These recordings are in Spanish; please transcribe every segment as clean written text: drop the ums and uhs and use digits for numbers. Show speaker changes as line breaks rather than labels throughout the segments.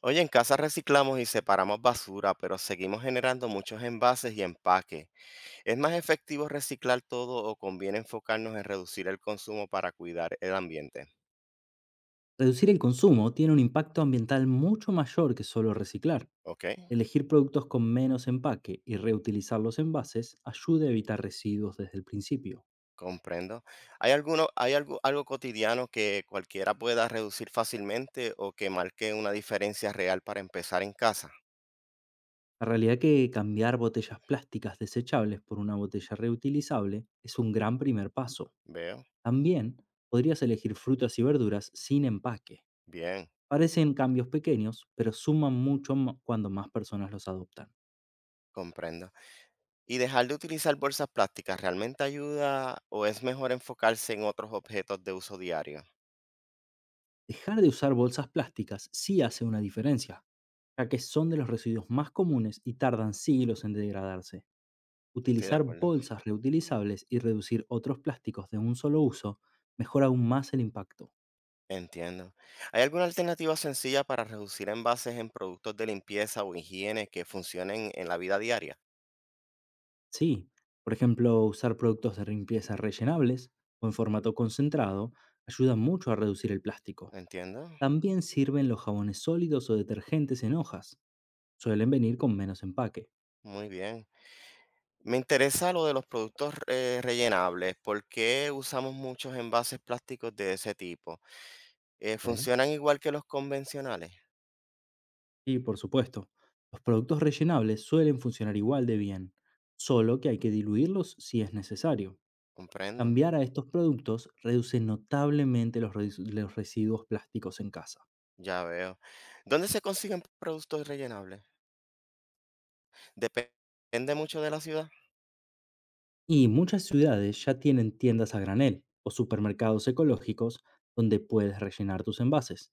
Oye, en casa reciclamos y separamos basura, pero seguimos generando muchos envases y empaques. ¿Es más efectivo reciclar todo o conviene enfocarnos en reducir el consumo para cuidar el ambiente?
Reducir el consumo tiene un impacto ambiental mucho mayor que solo reciclar.
Ok,
Elegir productos con menos empaque y reutilizar los envases ayuda a evitar residuos desde el principio.
comprendo. ¿Hay alguno, hay algo, algo cotidiano que cualquiera pueda reducir fácilmente o que marque una diferencia real para empezar en casa?
La realidad que cambiar botellas plásticas desechables por una botella reutilizable es un gran primer paso.
Veo,
También podrías elegir frutas y verduras sin empaque.
bien,
Parecen cambios pequeños, pero suman mucho cuando más personas los adoptan.
comprendo. ¿Y dejar de utilizar bolsas plásticas realmente ayuda o es mejor enfocarse en otros objetos de uso diario?
Dejar de usar bolsas plásticas sí hace una diferencia, ya que son de los residuos más comunes y tardan siglos en degradarse.
Estoy de
Utilizar
acuerdo.
bolsas reutilizables y reducir otros plásticos de un solo uso mejora aún más el impacto.
Entiendo. ¿Hay alguna alternativa sencilla para reducir envases en productos de limpieza o higiene que funcionen en la vida diaria?
Sí, por ejemplo, usar productos de limpieza rellenables o en formato concentrado ayuda mucho a reducir el plástico.
Entiendo.
También sirven los jabones sólidos o detergentes en hojas. Suelen venir con menos empaque.
Muy bien. Me interesa lo de los productos rellenables. ¿Por qué usamos muchos envases plásticos de ese tipo?
¿Ok?
¿Funcionan igual que los convencionales?
Y por supuesto. Los productos rellenables suelen funcionar igual de bien, solo que hay que diluirlos si es necesario.
Comprendo.
Cambiar a estos productos reduce notablemente los residuos plásticos en casa.
Ya veo. ¿Dónde se consiguen productos rellenables? Dep- Depende mucho de la ciudad.
Y muchas ciudades ya tienen tiendas a granel o supermercados ecológicos donde puedes rellenar tus envases.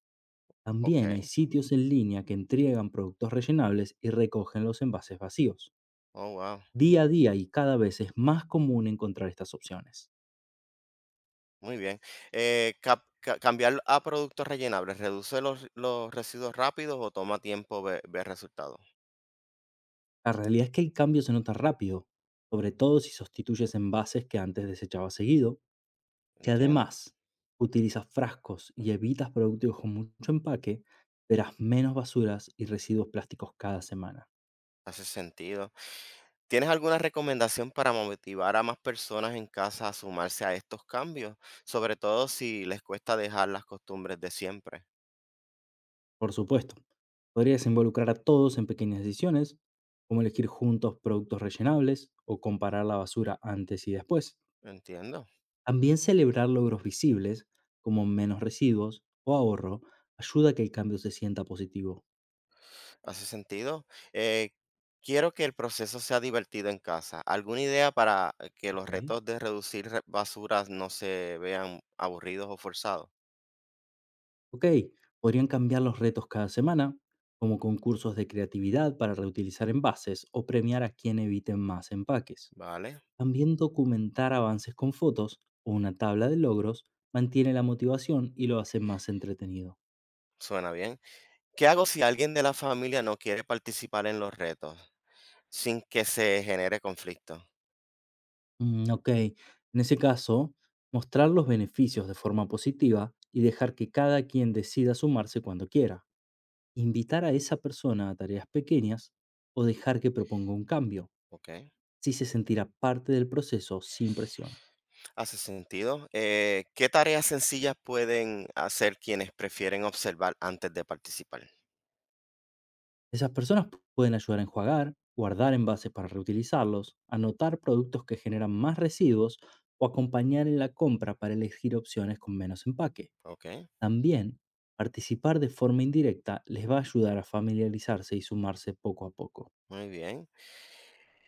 También hay
Ok.
sitios en línea que entregan productos rellenables y recogen los envases vacíos.
Oh, wow.
Día a día y cada vez es más común encontrar estas opciones.
Muy bien. Cambiar a productos rellenables, ¿reduce los residuos rápidos o toma tiempo ver resultados?
La realidad es que el cambio se nota rápido, sobre todo si sustituyes envases que antes desechabas seguido. Si
Entiendo,
además utilizas frascos y evitas productos con mucho empaque, verás menos basuras y residuos plásticos cada semana.
hace sentido. ¿Tienes alguna recomendación para motivar a más personas en casa a sumarse a estos cambios? Sobre todo si les cuesta dejar las costumbres de siempre.
Por supuesto, podrías involucrar a todos en pequeñas decisiones, como elegir juntos productos rellenables o comparar la basura antes y después.
Entiendo,
También celebrar logros visibles, como menos residuos o ahorro, ayuda a que el cambio se sienta positivo.
hace sentido. Eh, Quiero que el proceso sea divertido en casa. ¿Alguna idea para que los
¿Ok?
retos de reducir basuras no se vean aburridos o forzados?
Ok, podrían cambiar los retos cada semana, como concursos de creatividad para reutilizar envases o premiar a quien evite más empaques.
Vale.
También documentar avances con fotos o una tabla de logros mantiene la motivación y lo hace más entretenido.
Suena bien. ¿Qué hago si alguien de la familia no quiere participar en los retos sin que se genere conflicto?
Ok, en ese caso, mostrar los beneficios de forma positiva y dejar que cada quien decida sumarse cuando quiera. Invitar a esa persona a tareas pequeñas o dejar que proponga un cambio
Ok,
si se sentirá parte del proceso sin presión.
hace sentido. ¿Qué tareas sencillas pueden hacer quienes prefieren observar antes de participar?
Esas personas pueden ayudar a enjuagar, guardar envases para reutilizarlos, anotar productos que generan más residuos o acompañar en la compra para elegir opciones con menos empaque.
Ok,
También, participar de forma indirecta les va a ayudar a familiarizarse y sumarse poco a poco.
muy bien.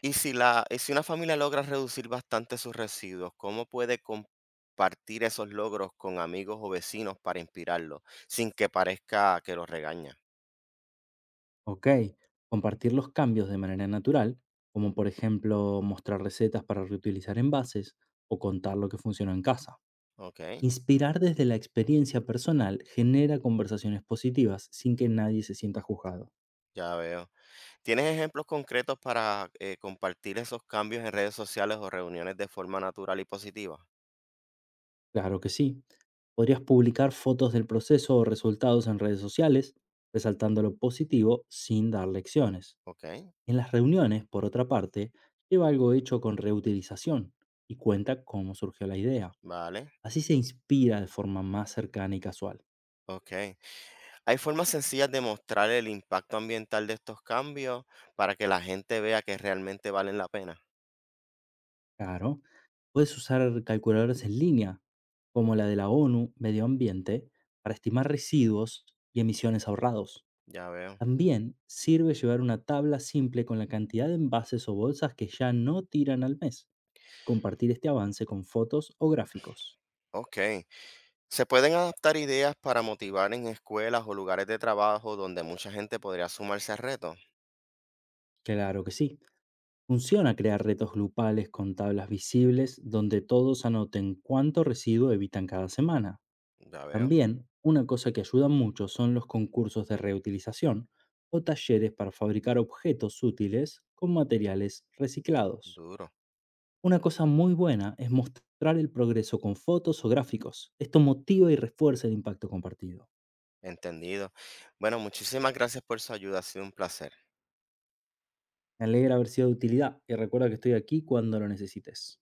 Y si una familia logra reducir bastante sus residuos, cómo puede compartir esos logros con amigos o vecinos para inspirarlos sin que parezca que los regaña?
Ok, compartir los cambios de manera natural, como por ejemplo mostrar recetas para reutilizar envases o contar lo que funcionó en casa.
Ok,
Inspirar desde la experiencia personal genera conversaciones positivas sin que nadie se sienta juzgado.
ya veo. ¿Tienes ejemplos concretos para, compartir esos cambios en redes sociales o reuniones de forma natural y positiva?
Claro que sí. Podrías publicar fotos del proceso o resultados en redes sociales, resaltando lo positivo sin dar lecciones.
¿Ok?
En las reuniones, por otra parte, lleva algo hecho con reutilización y cuenta cómo surgió la idea.
Vale,
Así se inspira de forma más cercana y casual.
ok. ¿Hay formas sencillas de mostrar el impacto ambiental de estos cambios para que la gente vea que realmente valen la pena?
Claro, puedes usar calculadoras en línea, como la de la ONU Medio Ambiente, para estimar residuos y emisiones ahorrados.
Ya veo.
También sirve llevar una tabla simple con la cantidad de envases o bolsas que ya no tiran al mes. Compartir este avance con fotos o gráficos.
Ok. ¿Se pueden adaptar ideas para motivar en escuelas o lugares de trabajo donde mucha gente podría sumarse al reto?
Claro que sí. Funciona crear retos grupales con tablas visibles donde todos anoten cuánto residuo evitan cada semana.
Ya veo,
También, una cosa que ayuda mucho son los concursos de reutilización o talleres para fabricar objetos útiles con materiales reciclados.
duro,
Una cosa muy buena es mostrar el progreso con fotos o gráficos. Esto motiva y refuerza el impacto compartido.
entendido. Bueno, muchísimas gracias por su ayuda, ha sido un placer.
Me alegra haber sido de utilidad y recuerda que estoy aquí cuando lo necesites.